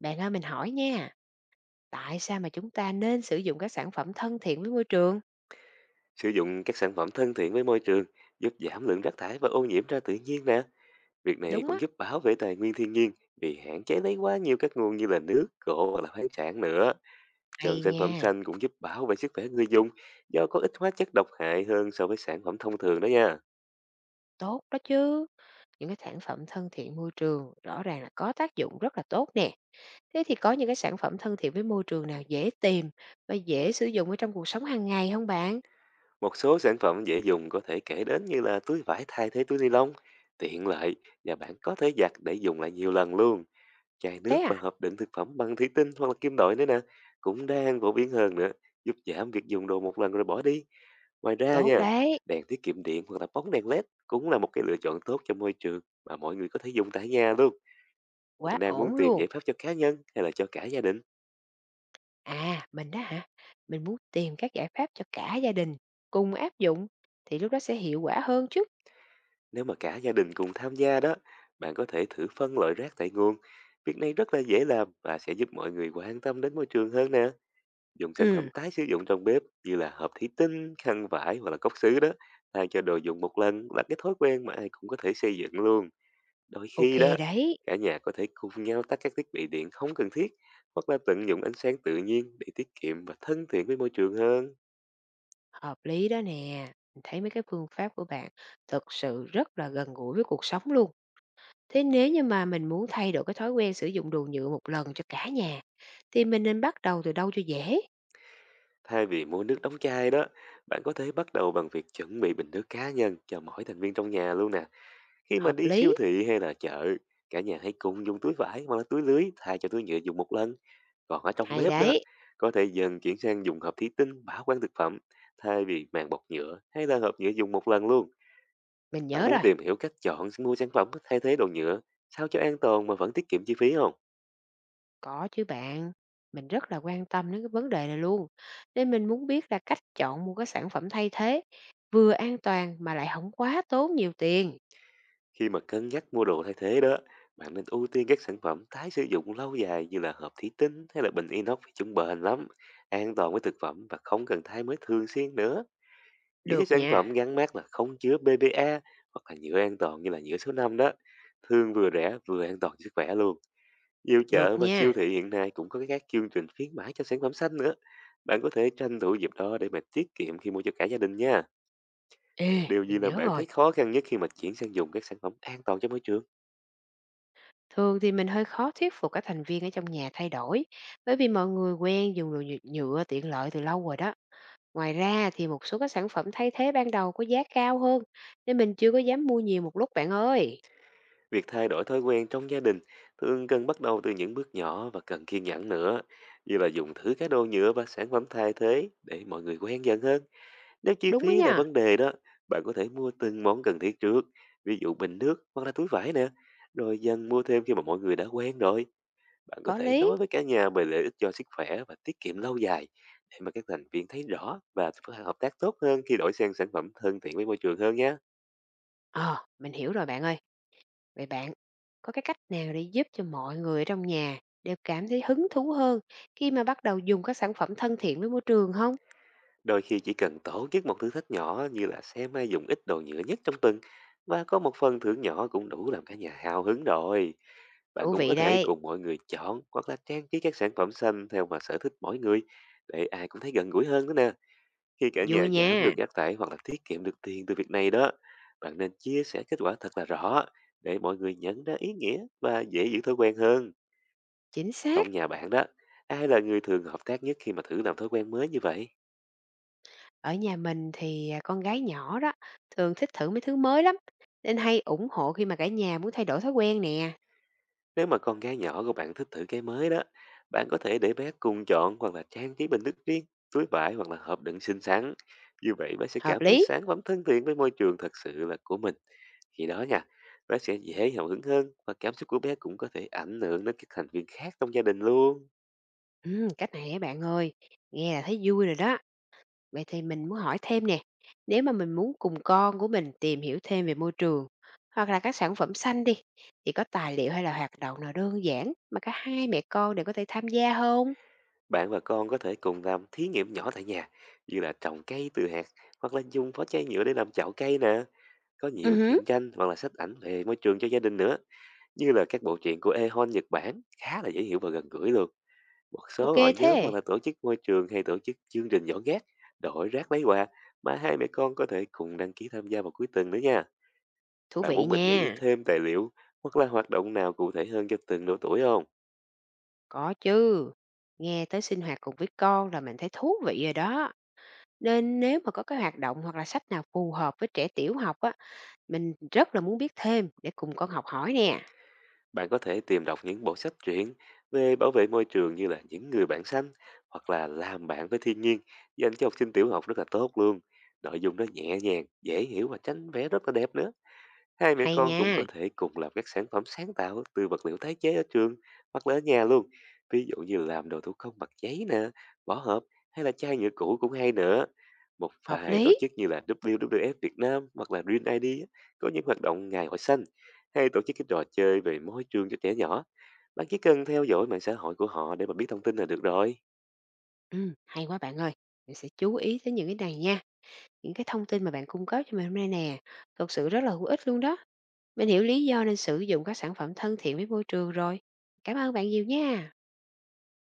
Bạn ơi mình hỏi nha, tại sao mà chúng ta nên sử dụng các sản phẩm thân thiện với môi trường? Sử dụng các sản phẩm thân thiện với môi trường giúp giảm lượng rác thải và ô nhiễm ra tự nhiên nè. Việc này Đúng á, cũng giúp bảo vệ tài nguyên thiên nhiên vì hạn chế lấy quá nhiều các nguồn như là nước, gỗ hoặc là khoáng sản nữa. hay Chọn sản phẩm nha, xanh cũng giúp bảo vệ sức khỏe người dùng do có ít hóa chất độc hại hơn so với sản phẩm thông thường đó nha. tốt đó chứ. Những cái sản phẩm thân thiện môi trường rõ ràng là có tác dụng rất là tốt nè. Thế thì có những cái sản phẩm thân thiện với môi trường nào dễ tìm và dễ sử dụng ở trong cuộc sống hàng ngày không bạn? Một số sản phẩm dễ dùng có thể kể đến như là túi vải thay thế túi ni lông, tiện lợi và bạn có thể giặt để dùng lại nhiều lần luôn. Chai nước Thế và à, hộp đựng thực phẩm bằng thủy tinh hoặc là kim loại nữa nè, cũng đang phổ biến hơn nữa, giúp giảm việc dùng đồ một lần rồi bỏ đi. Ngoài ra tốt nha, đấy, đèn tiết kiệm điện hoặc là bóng đèn led cũng là một cái lựa chọn tốt cho môi trường mà mọi người có thể dùng tại nhà luôn. Bạn quá đang muốn ổn tìm luôn. giải pháp cho cá nhân hay là cho cả gia đình? À, mình đó hả? Mình muốn tìm các giải pháp cho cả gia đình cùng áp dụng thì lúc đó sẽ hiệu quả hơn chứ. Nếu mà cả gia đình cùng tham gia đó, bạn có thể thử phân loại rác tại nguồn. Việc này rất là dễ làm và sẽ giúp mọi người quan tâm đến môi trường hơn nè. Dùng sản Ừ, phẩm tái sử dụng trong bếp như là hộp thủy tinh, khăn vải hoặc là cốc sứ đó, thay cho đồ dùng một lần là cái thói quen mà ai cũng có thể xây dựng luôn. Đôi ok khi đó, đấy. cả nhà có thể cùng nhau tắt các thiết bị điện không cần thiết hoặc là tận dụng ánh sáng tự nhiên để tiết kiệm và thân thiện với môi trường hơn. Hợp lý đó nè, mình thấy mấy cái phương pháp của bạn thực sự rất là gần gũi với cuộc sống luôn. Thế nếu như mà mình muốn thay đổi cái thói quen sử dụng đồ nhựa một lần cho cả nhà, thì mình nên bắt đầu từ đâu cho dễ, Thay vì mua nước đóng chai đó, bạn có thể bắt đầu bằng việc chuẩn bị bình nước cá nhân cho mỗi thành viên trong nhà luôn nè. Khi mà hợp đi siêu lý? thị hay là chợ, cả nhà hãy cùng dùng túi vải hoặc là túi lưới thay cho túi nhựa dùng một lần. Còn ở trong Hay bếp đó, đấy, có thể dần chuyển sang dùng hộp thủy tinh bảo quản thực phẩm thay vì màng bọc nhựa hay là hộp nhựa dùng một lần luôn. mình Bạn nhớ muốn rồi, tìm hiểu cách chọn mua sản phẩm thay thế đồ nhựa sao cho an toàn mà vẫn tiết kiệm chi phí không? có chứ bạn. Mình rất là quan tâm đến cái vấn đề này luôn. Nên mình muốn biết là cách chọn mua cái sản phẩm thay thế, vừa an toàn mà lại không quá tốn nhiều tiền. Khi mà cân nhắc mua đồ thay thế đó, bạn nên ưu tiên các sản phẩm tái sử dụng lâu dài như là hộp thủy tinh hay là bình inox vì chúng bền lắm, an toàn với thực phẩm và không cần thay mới thường xuyên nữa. Những cái Được sản phẩm nha, gắn mác là không chứa BPA hoặc là nhựa an toàn như là nhựa số 5 đó, thường vừa rẻ vừa an toàn cho sức khỏe luôn. Nhiều được chợ và nha. siêu thị hiện nay cũng có các chương trình khuyến mãi cho sản phẩm xanh nữa. Bạn có thể tranh thủ dịp đó để mà tiết kiệm khi mua cho cả gia đình nha. Ê, Điều gì mình làm nhớ bạn rồi. thấy khó khăn nhất khi mà chuyển sang dùng các sản phẩm an toàn cho môi trường? Thường thì mình hơi khó thuyết phục các thành viên ở trong nhà thay đổi, bởi vì mọi người quen dùng đồ nhựa nhựa tiện lợi từ lâu rồi đó. Ngoài ra thì một số các sản phẩm thay thế ban đầu có giá cao hơn, nên mình chưa có dám mua nhiều một lúc bạn ơi. Việc thay đổi thói quen trong gia đình thường cần bắt đầu từ những bước nhỏ và cần kiên nhẫn nữa, như là dùng thử các đồ nhựa và sản phẩm thay thế để mọi người quen dần hơn. Nếu chi Đúng đó phí là nha, vấn đề đó, bạn có thể mua từng món cần thiết trước, ví dụ bình nước hoặc là túi vải nè, rồi dần mua thêm khi mà mọi người đã quen rồi. Bạn có có thể lý. nói với cả nhà về lợi ích cho sức khỏe và tiết kiệm lâu dài, để mà các thành viên thấy rõ và có thể hợp tác tốt hơn khi đổi sang sản phẩm thân thiện với môi trường hơn nhé. Ờ, mình hiểu rồi bạn ơi. Vậy bạn, có cái cách nào để giúp cho mọi người ở trong nhà đều cảm thấy hứng thú hơn khi mà bắt đầu dùng các sản phẩm thân thiện với môi trường không? Đôi khi chỉ cần tổ chức một thử thách nhỏ như là xem ai dùng ít đồ nhựa nhất trong tuần và có một phần thưởng nhỏ cũng đủ làm cả nhà hào hứng rồi. Bạn Thú cũng có vị thể đây, cùng mọi người chọn hoặc là trang trí các sản phẩm xanh theo mà sở thích mỗi người, để ai cũng thấy gần gũi hơn nữa nè. Khi cả nhà vui giảm nha. được rác thải hoặc là tiết kiệm được tiền từ việc này đó, bạn nên chia sẻ kết quả thật là rõ để mọi người nhận ra ý nghĩa và dễ giữ thói quen hơn. Chính xác. Trong nhà bạn đó, ai là người thường hợp tác nhất khi mà thử làm thói quen mới như vậy? Ở nhà mình thì, à, con gái nhỏ đó, thường thích thử mấy thứ mới lắm, nên hay ủng hộ khi mà cả nhà muốn thay đổi thói quen nè. Nếu mà con gái nhỏ của bạn thích thử cái mới đó, bạn có thể để bé cùng chọn hoặc là trang trí bình nước riêng, túi vải hoặc là hộp đựng xinh xắn. Như vậy bé sẽ Hợp cảm thấy lý. sản phẩm thân thiện với môi trường thật sự là của mình. Khi đó nha, bé sẽ dễ hào hứng hơn và cảm xúc của bé cũng có thể ảnh hưởng đến các thành viên khác trong gia đình luôn. Cách này á bạn ơi, nghe là thấy vui rồi đó. Vậy thì mình muốn hỏi thêm nè, nếu mà mình muốn cùng con của mình tìm hiểu thêm về môi trường hoặc là các sản phẩm xanh đi, thì có tài liệu hay là hoạt động nào đơn giản mà cả hai mẹ con đều có thể tham gia không? Bạn và con có thể cùng làm thí nghiệm nhỏ tại nhà, như là trồng cây từ hạt hoặc là dùng vỏ chai nhựa để làm chậu cây nè. Có nhiều Hứm, truyện tranh hoặc là sách ảnh về môi trường cho gia đình nữa. Như là các bộ truyện của Ehon Nhật Bản, khá là dễ hiểu và gần gũi luôn. Một ô số hội nhóm hoặc thế. là tổ chức môi trường hay tổ chức chương trình dọn rác, đổi rác lấy quà mà hai mẹ con có thể cùng đăng ký tham gia vào cuối tuần nữa nha. Thú Bạn vị muốn mình nghĩ nha. thêm tài liệu hoặc là hoạt động nào cụ thể hơn cho từng độ tuổi không? Có chứ. Nghe tới sinh hoạt cùng với con là mình thấy thú vị rồi đó. Nên nếu mà có cái hoạt động hoặc là sách nào phù hợp với trẻ tiểu học á, mình rất là muốn biết thêm để cùng con học hỏi nè. Bạn có thể tìm đọc những bộ sách truyện về bảo vệ môi trường như là Những Người Bạn Xanh hoặc là Làm Bạn Với Thiên Nhiên, dành cho học sinh tiểu học rất là tốt luôn. Nội dung nó nhẹ nhàng, dễ hiểu và tránh vẽ rất là đẹp nữa. Hai mẹ Hay con cũng nha, có thể cùng làm các sản phẩm sáng tạo từ vật liệu tái chế ở trường hoặc là ở nhà luôn. Ví dụ như làm đồ thủ công bằng giấy nè, vỏ hộp hay là chai nhựa cũ cũng hay nữa. Một hợp vài tổ lý. chức như là WWF Việt Nam hoặc là Green ID á, có những hoạt động ngày hội xanh hay tổ chức cái trò chơi về môi trường cho trẻ nhỏ. Bạn chỉ cần theo dõi mạng xã hội của họ để mà biết thông tin là được rồi. Ừ, hay quá bạn ơi. Mình sẽ chú ý tới những cái này nha. Những cái thông tin mà bạn cung cấp cho mình hôm nay nè, thật sự rất là hữu ích luôn đó. Mình hiểu lý do nên sử dụng các sản phẩm thân thiện với môi trường rồi. Cảm ơn bạn nhiều nha.